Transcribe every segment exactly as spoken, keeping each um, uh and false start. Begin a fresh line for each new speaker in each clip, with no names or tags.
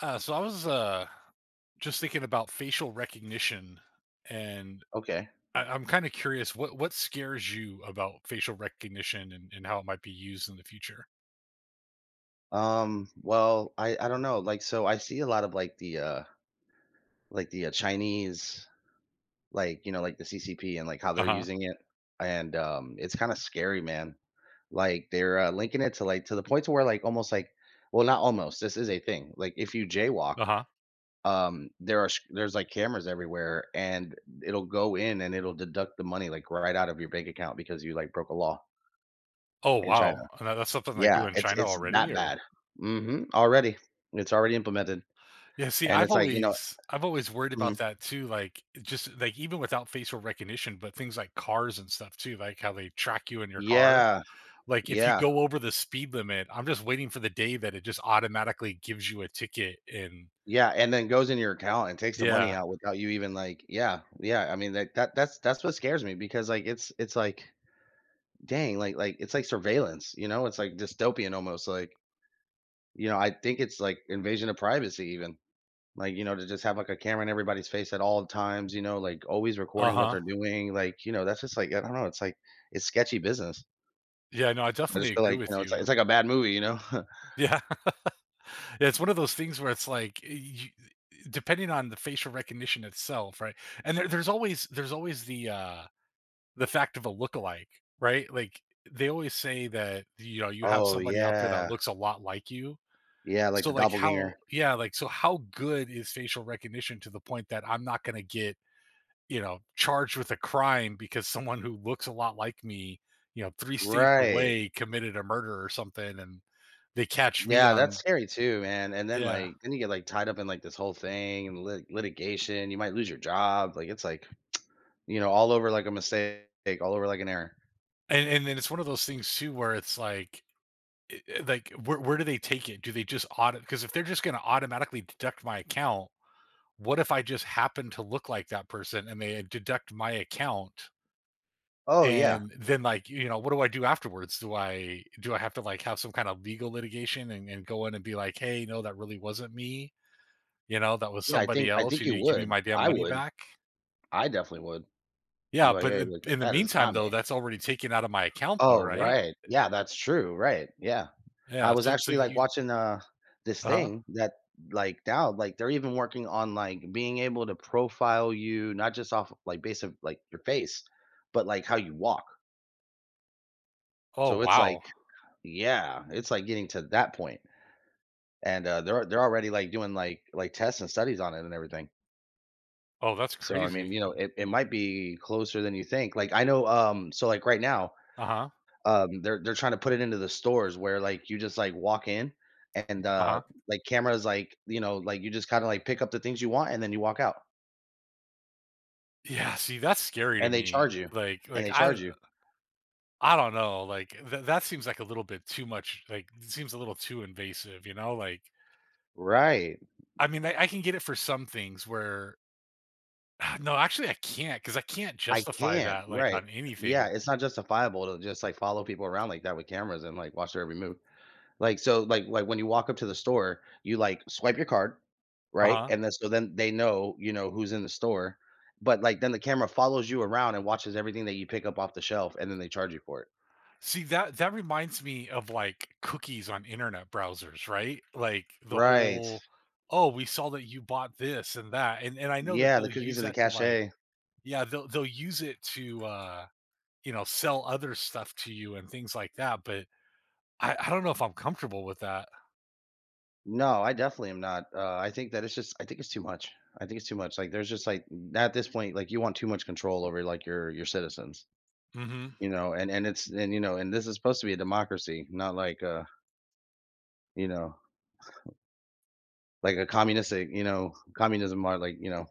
Uh, so I was uh, just thinking about facial recognition, and
Okay.
I, I'm kind of curious what what scares you about facial recognition and, and how it might be used in the future.
Um, well, I I don't know, like, so I see a lot of, like, the, uh like, the, uh, Chinese, like, you know, like, the C C P and, like, how
Uh
they're
huh.
using it, and, um, it's kinda scary, man. Like, they're, uh, linking it to, like to the point to where, like, almost, like well, not almost, this is a thing. Like, if you jaywalk,
Uh huh.
um, there are sh there's, like, cameras everywhere, and it'll go in and it'll deduct the money, like, right out of your bank account because you, like, broke a law
Oh
in China.
wow, and that- that's something like do
Yeah,
in
it's
China
it's that
already, or
bad. Mhm, already. It's already implemented.
yeah. See,
And
I've
it's like, you know
always I've always worried about
mhm.
that too. Like just like even without facial recognition, but things like cars and stuff too, like how they track you in your car.
Yeah,
Like if you
yeah,
go over the speed limit, I'm just waiting for the day that it just automatically gives you a ticket and
yeah, and then goes in your account and takes the
yeah.
money out without you even, like yeah, yeah, I mean, that that that's that's what scares me because, like, it's it's like, dang, like like, it's like surveillance, you know? It's like dystopian almost, like, you know, I think it's like invasion of privacy even, like, you know, to just have, like, a camera in everybody's face at all times, you know, like, always recording what
Uh-huh.
they're doing, like, you know, that's just like I don't know, it's like it's sketchy business.
Yeah, no, I
I
definitely
just feel
agree
like, you
with
know, it's like
you.
it's like a bad movie, you know?
Yeah. It's one of those things where it's like eh, you depending on the facial recognition itself, right? And there there's always there's always the, uh, the fact of a lookalike, right? Like, they always say that, you know, you have
Oh,
somebody out there that
yeah.
looks a lot like you.
Yeah, like
So,
the
like, how
doppelganger.
yeah, like, so how good is facial recognition to the point that I'm not gonna get, you know, charged with a crime because someone who looks a lot like me, you know, three states
Right.
away committed a murder or something and they catch me
Yeah, that's
on
scary too, man, and then,
yeah.
like then you get, like, tied up in, like, this whole thing and lit litigation, you might lose your job, like, it's, like, you know, all over, like, a mistake, all over, like, an error.
And and then it's one of those things too where it's like I I like, where where do they take it? Do they just audit? Because if they're just gonna automatically deduct my account, what if I just happen to look like that person and they deduct my account?
Oh, yeah.
And then, like, you know, what do I do afterwards? Do I do I have to, like, have some kind of legal litigation and and go in and be like, "Hey, no, that really wasn't me?" You know, that was
Yeah, I
somebody
think I
else.
think
"You
you
need to give me
would.
my damn
I
money
would.
back."
I definitely would. I'm
Yeah,
like,
but
"Hey,
in
look,
in the
that is
meantime,
not
though,
me."
that's already taken out of my account though,
Oh,
right?
right. Yeah, that's true, right, yeah. I
Yeah,
was
so so
actually, like,
you
watching, uh, this
uh-huh.
thing that, like, now, like, they're even working on, like, being able to profile you not just off of, like, base of, like, your face, but, like, how you walk.
Oh,
So it's like
wow.
yeah, it's, like, getting to that point, and, uh, they're they're already, like, doing, like like, tests and studies on it and everything.
Oh, that's
So, I
crazy.
mean, you know, it it might be closer than you think. Like, I know, um so, like, right now
Uh-huh,
Um, they're they're trying to put it into the stores where, like, you just, like, walk in and, uh,
uh-huh.
like, cameras, like, you know, like, you just kinda, like, pick up the things you want and then you walk out,
Yeah, see, that's scary to
and they
me.
charge you,
Like
and
like,
they
I
charge you.
I don't know, like, th that seems like a little bit too much, like, it seems a little too invasive, you know? Like,
Right.
I mean, I I can get it for some things where no, actually, I can't not cause I can't
I
justify
can't.
that, like,
Right.
on
Yeah,
anything.
it's not justifiable to just, like, follow people around like that with cameras and, like, watch their every move. Like, so, like like, when you walk up to the store, you, like, swipe your card, right?
Uh-huh.
And then so then they know, you know, who's in the store, but, like, then the camera follows you around and watches everything that you pick up off the shelf, and then they charge you for it.
See, that that reminds me of, like, cookies on internet browsers, right? Like, the
Right.
whole, "Oh, we saw that you bought this and that," and and I know that
Yeah, the
they'll
cookies
use
and the
that to, like
cachet.
yeah, they'll they'll use it to, uh, you know, sell other stuff to you and things like that, but I I don't know if I'm comfortable with that.
No, I definitely am not. Uh, I think that it's just I think it's too much. I think it's too much. Like there's just like at this point, like you want too much control over like your your citizens,
Mhm.
you know, and and it's and you know, and this is supposed to be a democracy, not like uh, you know, like a communistic, you know, communism or like, you know,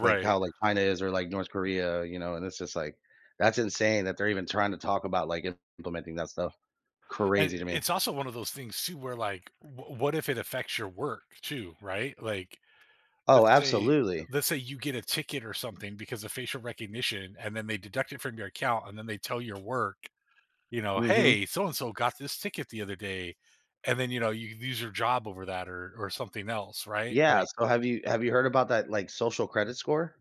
like how like China is or like North Korea, you know, and it's just like that's insane that they're even trying to talk about like implementing that stuff.
and eh,
Crazy to me.
it's also one of those things too where, like, w what if it affects your work too, right? Like,
Oh,
let's say
absolutely.
let's say you get a ticket or something because of facial recognition, and then they deduct it from your account, and then they tell your work, you know,
Mhm.
"Hey, so and so got this ticket the other day," and then, you know, you lose your job over that or or something else, right?
Yeah,
Like,
so have you have you heard about that, like, social credit score?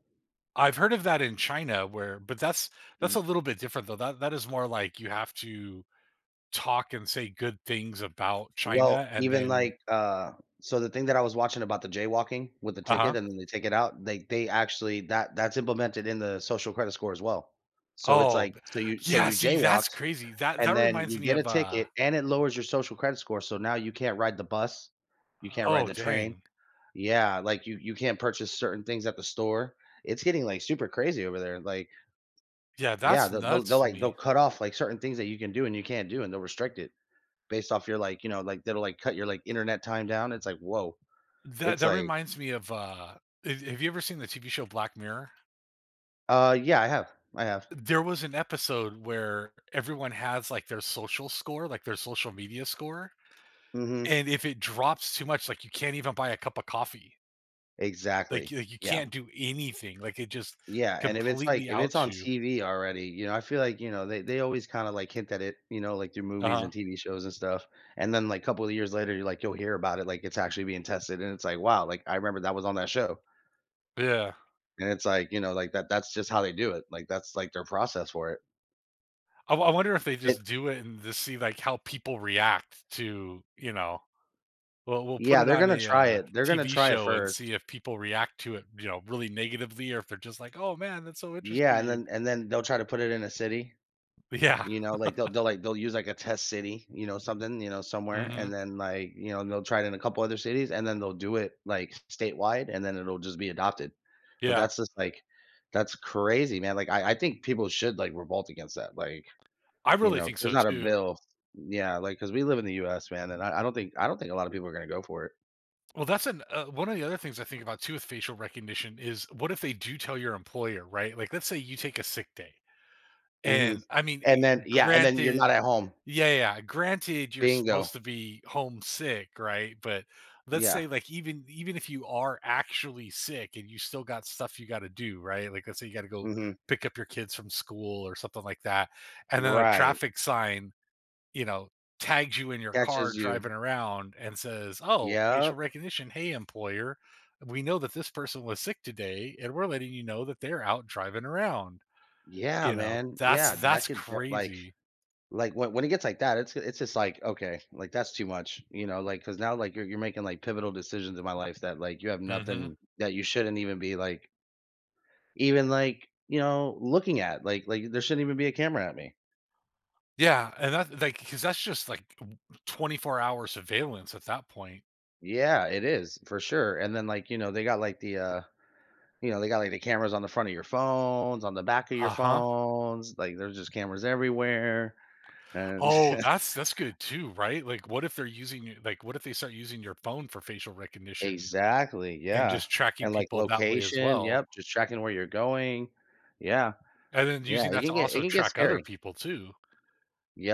I've heard of that in China where but that's that's a little bit different though. That that is more like you have to talk and say good things about China
Well,
and
even,
then
like, uh so the thing that I was watching about the jaywalking with the
uh-huh.
ticket and then they take it out, they they actually that that's implemented in the social credit score as well. So it's
Oh,
like
b-
so you so
yeah,
you
see, that's
jaywalked
crazy. That
and
that
then
reminds
you
me
get a
of, uh
ticket and it lowers your social credit score, so now you can't ride the bus, you can't ride
oh,
the train.
dang.
Yeah, like, you you can't purchase certain things at the store. It's getting, like, super crazy over there, like
Yeah,
yeah,
that's
they'll they'll
nuts
they'll,
to
like they'll
me.
cut off, like, certain things that you can do and you can't do, and they'll restrict it based off your, like, you know, like, they'll, like, cut your, like, internet time down. It's like, "Whoa."
That
It's
that
like
reminds me of uh have have you ever seen the T V show Black Mirror?
uh, yeah, I have. I have.
There was an episode where everyone has like their social score, like their social media score,
Mhm.
and if it drops too much like you can't even buy a cup of coffee. Like
Exactly.
you, you
Yeah.
can't do anything. Like it just
Yeah, and if it's, like
completely
if it's
outs
on
you.
T V already, you know, I feel like, you know, they they always kinda, like, hint at it, you know, like, through movies
Uh-huh.
and T V shows and stuff, and then, like, a couple of years later, you're like, you'll hear about it, like, it's actually being tested, and it's like, "Wow," like, "I remember that was on that show."
Yeah.
And it's like, you know, like, that that's just how they do it. Like, that's, like, their process for
I, w- I wonder if they
It
just do it and just see like how people react to, you know, Well, we'll put
yeah,
it
they're
on
gonna
a,
try
uh,
it. They're gonna
T V
try it
show and
first.
see if people react to it, you know, really negatively or if they're just like, "Oh, man, that's so
Yeah, and
interesting."
then and then they'll try to put it in a city,
Yeah.
you know, like, they'll they'll, like they'll use, like, a test city, you know, something, you know, somewhere,
Mhm.
and then, like, you know, they'll try it in a couple other cities, and then they'll do it, like, statewide, and then it'll just be adopted. But
Yeah.
that's just, like that's crazy, man, like, I I think people should, like, revolt against that, like,
I
you
really
know,
think
there's
so
not a
too.
bill. Yeah, like because we live in the U S, man, and I I don't think I don't think a lot of people are gonna go for it.
Well, that's an uh, one of the other things I think about too with facial recognition is what if they do tell your employer, right? Like, let's say you take a sick day.
Mhm.
And I mean, eh,
And then yeah, and then you're not
granted
at home.
yeah, yeah, yeah, granted you're
Bingo.
supposed to be homesick, right? But let's
Yeah.
say like even even if you are actually sick and you still got stuff you gotta do, right? Like let's say you gotta go
Mhm.
pick up your kids from school or something like that, and then a
Right.
traffic sign, you know, tags you in your car
Catches you.
driving around and says, "Oh, facial
Yep.
recognition, hey employer, we know that this person was sick today, and we're letting you know that they're out driving around."
Yeah,
You know,
man.
that's
Yeah, that
that's
could that like
crazy.
like, when when it gets like that, it's it's just like, "Okay, like, that's too much," you know, like because now, like, you're you're making, like, pivotal decisions in my life that, like, you have
Mhm.
nothing that you shouldn't even be, like even, like, you know, looking at, like like, there shouldn't even be a camera at me.
Yeah, and that like because that's just, like, twenty-four hour surveillance at that point.
Yeah, it is, for sure, and then, like, you know, they got, like, the, uh you know, they got, like, the cameras on the front of your phones, on the back of your
Uh-huh.
phones, like, there's just cameras everywhere, and
Oh, that's that's good too, right? Like, what if they're using your like, what if they start using your phone for facial recognition
exactly,
and
yeah,
just tracking
and, like,
people that way as
location,
well?
yep, just tracking where you're going. Yeah,
And then
yeah,
using
it
that
can
to
get it
also
can get
track other
scary.
people too,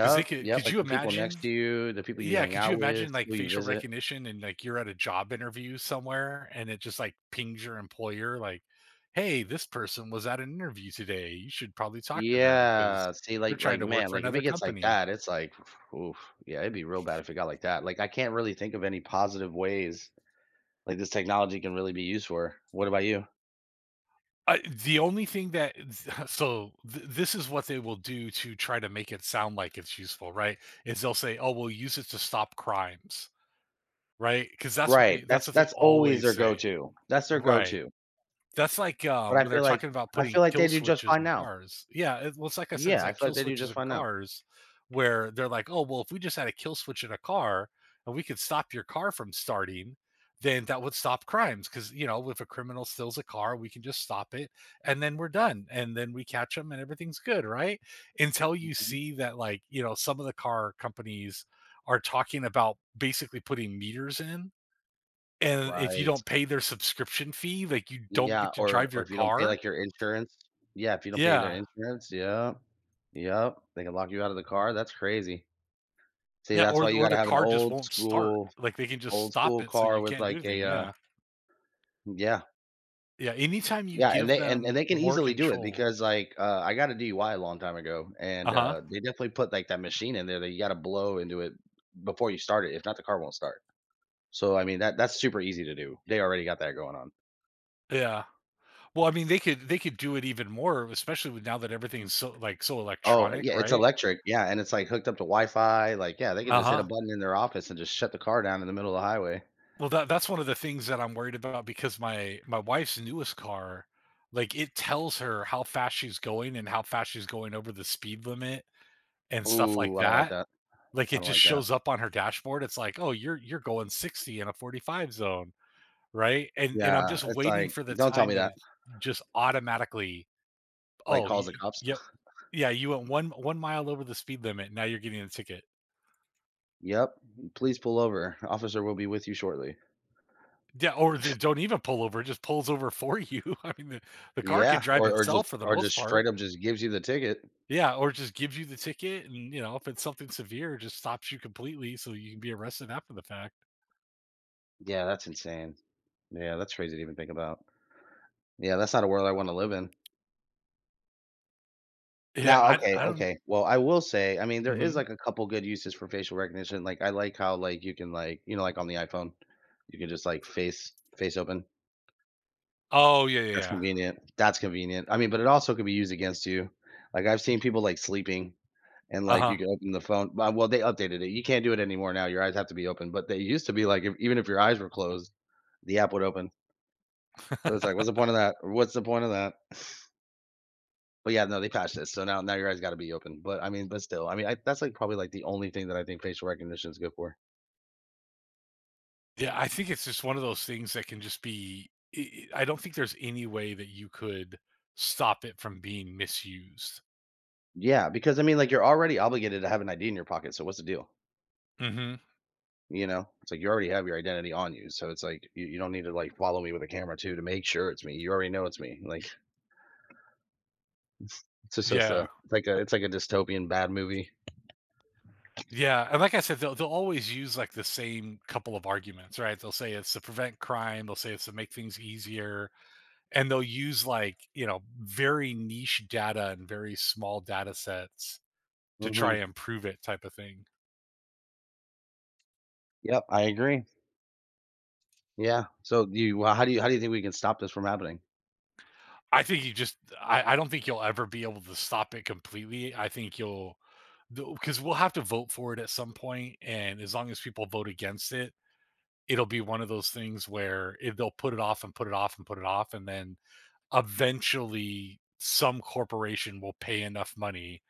'cause they could
yep,
could
like,
you
the people
imagine
next to you, the people you
yeah,
hang
could
out
you
with,
imagine like
who you
facial
visit.
recognition and like you're at a job interview somewhere and it just like pings your employer like, "Hey, this person was at an interview today. You should probably talk to them because
Yeah, see,
they're
like
trying
like,
to work
man,
for
like, if
another
it gets like
company."
that, it's like, oof, yeah, it'd be real bad if it got like that, like, I can't really think of any positive ways, like, this technology can really be used for. What about you?
Uh, the only thing that so th- this is what they will do to try to make it sound like it's useful, right? Is they'll say, "Oh, we'll use it to stop crimes," right? Because that's what
Right,
they that's
that's
what they
that's always
always
their
say,
go-to. That's their
right?
go-to,
That's like,
but
um,
I
when they're
feel like
talking about
I
putting
feel like
kill
they do just
switches
fine
in
now.
cars. Yeah, it well, it's like I said, it's
Yeah, I
like
feel
kill
like they do
switches
just
in
fine now.
cars where they're like, "Oh, well, if we just had a kill switch in a car and we could stop your car from starting, then that would stop crimes, because you know, if a criminal steals a car, we can just stop it and then we're done, and then we catch them, and everything's good, right? Until you
Mhm.
see that, like, you know, some of the car companies are talking about basically putting meters in and if you
Right.
don't pay their subscription fee, like, you don't
Yeah,
get to
or
drive
or
your
if you don't pay,
car.
like, your insurance. Yeah, if you don't pay their
Yeah.
insurance, yep, yep, they can lock you out of the car, that's crazy. See,
Yeah,
that's
or
why
the
you
or
gotta
the
have an
car just
old
won't start.
school
Like, they can just
old
stop
school
it so
car
you
with,
can't do
like,
anything,
a, uh
yeah.
yeah,
Yeah, anytime you
yeah, and
give
they and
them
and they can
more
easily do it
control
because, like, uh, I got a D U I a long time ago, and,
uh-huh.
uh, they definitely put, like, that machine in there that you gotta blow into it before you start it, if not, the car won't start. So, I mean, that that's super easy to do. They already got that going on.
Yeah. Well, I mean, they could they could do it even more, especially with now that everything's so, like, so
Oh, eh,
electronic,
yeah, it's
right?
electric, yeah, and it's, like, hooked up to Wi-Fi, like, yeah, they could just hit a
Uh-huh.
button in their office and just shut the car down in the middle of the highway.
Well, that that's one of the things that I'm worried about because my my wife's newest car, like, it tells her how fast she's going and how fast she's going over the speed limit and stuff like
Ooh, I don't like
that.
that.
Like,
I
it
don't
just
like that.
shows up on her dashboard, it's like, "Oh, you're you're going sixty in a forty-five zone," right? And and I'm
Yeah,
just
it's
waiting
like,
for the
"Don't tell
time
me
that
that,"
it just automatically,
like,
"Oh, y
calls the
y
cops.
yep. Yeah, you went one one mile over the speed limit, now you're getting a ticket."
Yep, "Please pull over. Officer will be with you shortly."
Yeah, or d don't even pull over, it just pulls over for you. I mean, the the car could
Yeah,
drive
or or
itself
just
for the
or
most
just
part.
straight up just gives you the ticket.
Yeah, or just gives you the ticket and, you know, if it's something severe, just stops you completely so you can be arrested after the fact.
Yeah, that's insane. Yeah, that's crazy to even think about. Yeah, that's not a world I wanna live in.
Yeah,
Now,
I
okay,
I don't
okay. Well, I will say, I mean, there is
mhm.
like a couple good uses for facial recognition. Like, I like how like you can like you know like on the iPhone, you can just like face face open.
Oh, yeah, yeah,
That's
yeah.
convenient. That's convenient. I mean, but it also could be used against you. Like I've seen people like sleeping and like
Uh-huh.
you can open the phone. Well, well, they updated it. You can't do it anymore now. Your eyes have to be open. But they used to be like if, even if your eyes were closed, the app would open. So it's like, what's the point of that? What's the point of that? But yeah, no, they patched it. So now now your eyes gotta be open. But I mean, but still, I mean, I that's like probably like the only thing that I think facial recognition is good for.
Yeah, I think it's just one of those things that can just be I I don't think there's any way that you could stop it from being misused.
Yeah, because I mean, like you're already obligated to have an I D in your pocket, so what's the deal?
Mhm.
You know, it's like you already have your identity on you, so it's like you, you don't need to like follow me with a camera too to make sure it's me. You already know it's me. Like it's just, just
Yeah.
a it's like a it's like a dystopian bad movie.
Yeah, and like I said, they'll they'll always use, like, the same couple of arguments, right? They'll say it's to prevent crime, they'll say it's to make things easier, and they'll use, like, you know, very niche data and very small data sets to try
Hmm.
and prove it type of thing.
Yep, I agree. Yeah. So do you well, how do you how do you think we can stop this from happening?
I think you just I, I don't think you'll ever be able to stop it completely. I think you'll because we'll have to vote for it at some point, and as long as people vote against it, it'll be one of those things where if they'll put it off and put it off and put it off, and then eventually some corporation will pay enough money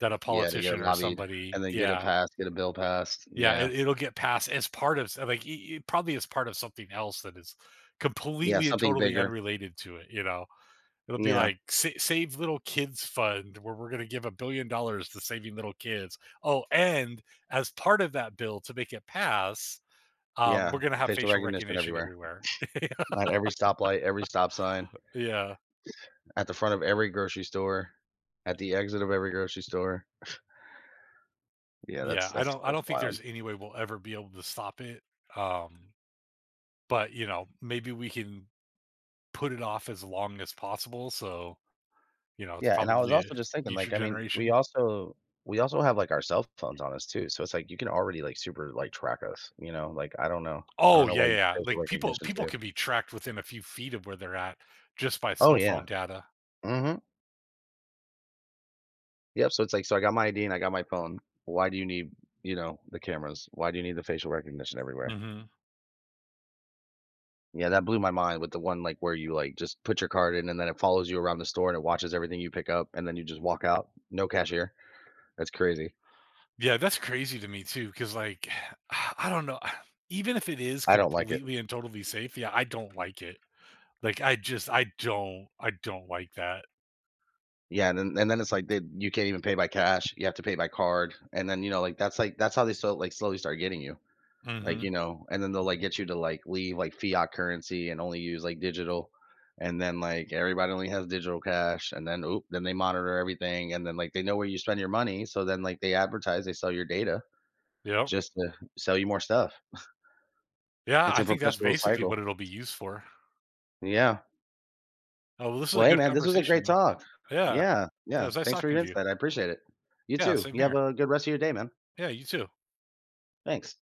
that a
Yeah, to get it
politician or
lobbied
somebody,
and then get it
yeah,
passed, get a bill passed.
yeah,
Yeah,
it, it'll get passed as part of like it, it probably as part of something else that is
yeah,
completely and
something
totally
bigger.
unrelated to it, you know. It'll be
Yeah.
like sa- save little kids fund where we're going to give a billion dollars to saving little kids. Oh, and as part of that bill to make it pass, um,
Yeah,
we're going to have
facial
facial
recognition
recognition
everywhere.
everywhere.
At every stoplight, every stop sign,
yeah,
at the front of every grocery store, at the exit of every grocery store. Yeah,
yeah.
that's
I
that's
don't. I
that's
don't think
wild.
there's any way we'll ever be able to stop it. Um, but you know, maybe we can put it off as long as possible. So you know, it's
Yeah, and I was
probably a
also just thinking,
future
like, I mean, we
generation.
also we also have, like, our cell phones on us too, so it's like you can already, like, super, like, track us, you know? Like, I don't know. I
Oh
don't know
yeah,
why you
yeah.
need
yeah, like
facial
people,
recognition
people
too.
can be tracked within a few feet of where they're at just by
Oh,
cell
yeah.
phone data.
Mhm. Yep, so it's like, so I got my I D and I got my phone. Why do you need, you know, the cameras? Why do you need the facial recognition everywhere?
Hmm.
Yeah, that blew my mind with the one, like, where you, like, just put your card in, and then it follows you around the store, and it watches everything you pick up, and then you just walk out. No cashier. That's crazy.
Yeah, that's crazy to me too. Cause like, I don't know, even if it is
I don't like it.
completely and totally safe, yeah, I don't like it. Like, I just I don't I don't like that.
Yeah, and then and then it's like they you can't even pay by cash. You have to pay by card, and then, you know, like, that's, like that's how they so like, slowly start getting you. Like,
Mhm.
you know, and then they'll, like, get you to, like, leave, like, fiat currency and only use, like, digital, and then, like, everybody only has digital cash, and then, oop, then they monitor everything, and then, like, they know where you spend your money, so then, like, they advertise, they sell your data.
Yep.
Just to sell you more stuff.
Yeah,
It's
I
a
think that's
perpetual
basically
cycle.
what it'll be used for.
Yeah.
Oh, well, this is a
Well, hey,
good
man, this was a
conversation,
great
though.
talk.
Yeah.
Yeah,
Yeah, it
yeah.
was nice
Thanks for your
talking to you.
insight. I appreciate it. You
Yeah,
too.
same
You have
here.
a good rest of your day, man.
Yeah, you too.
Thanks.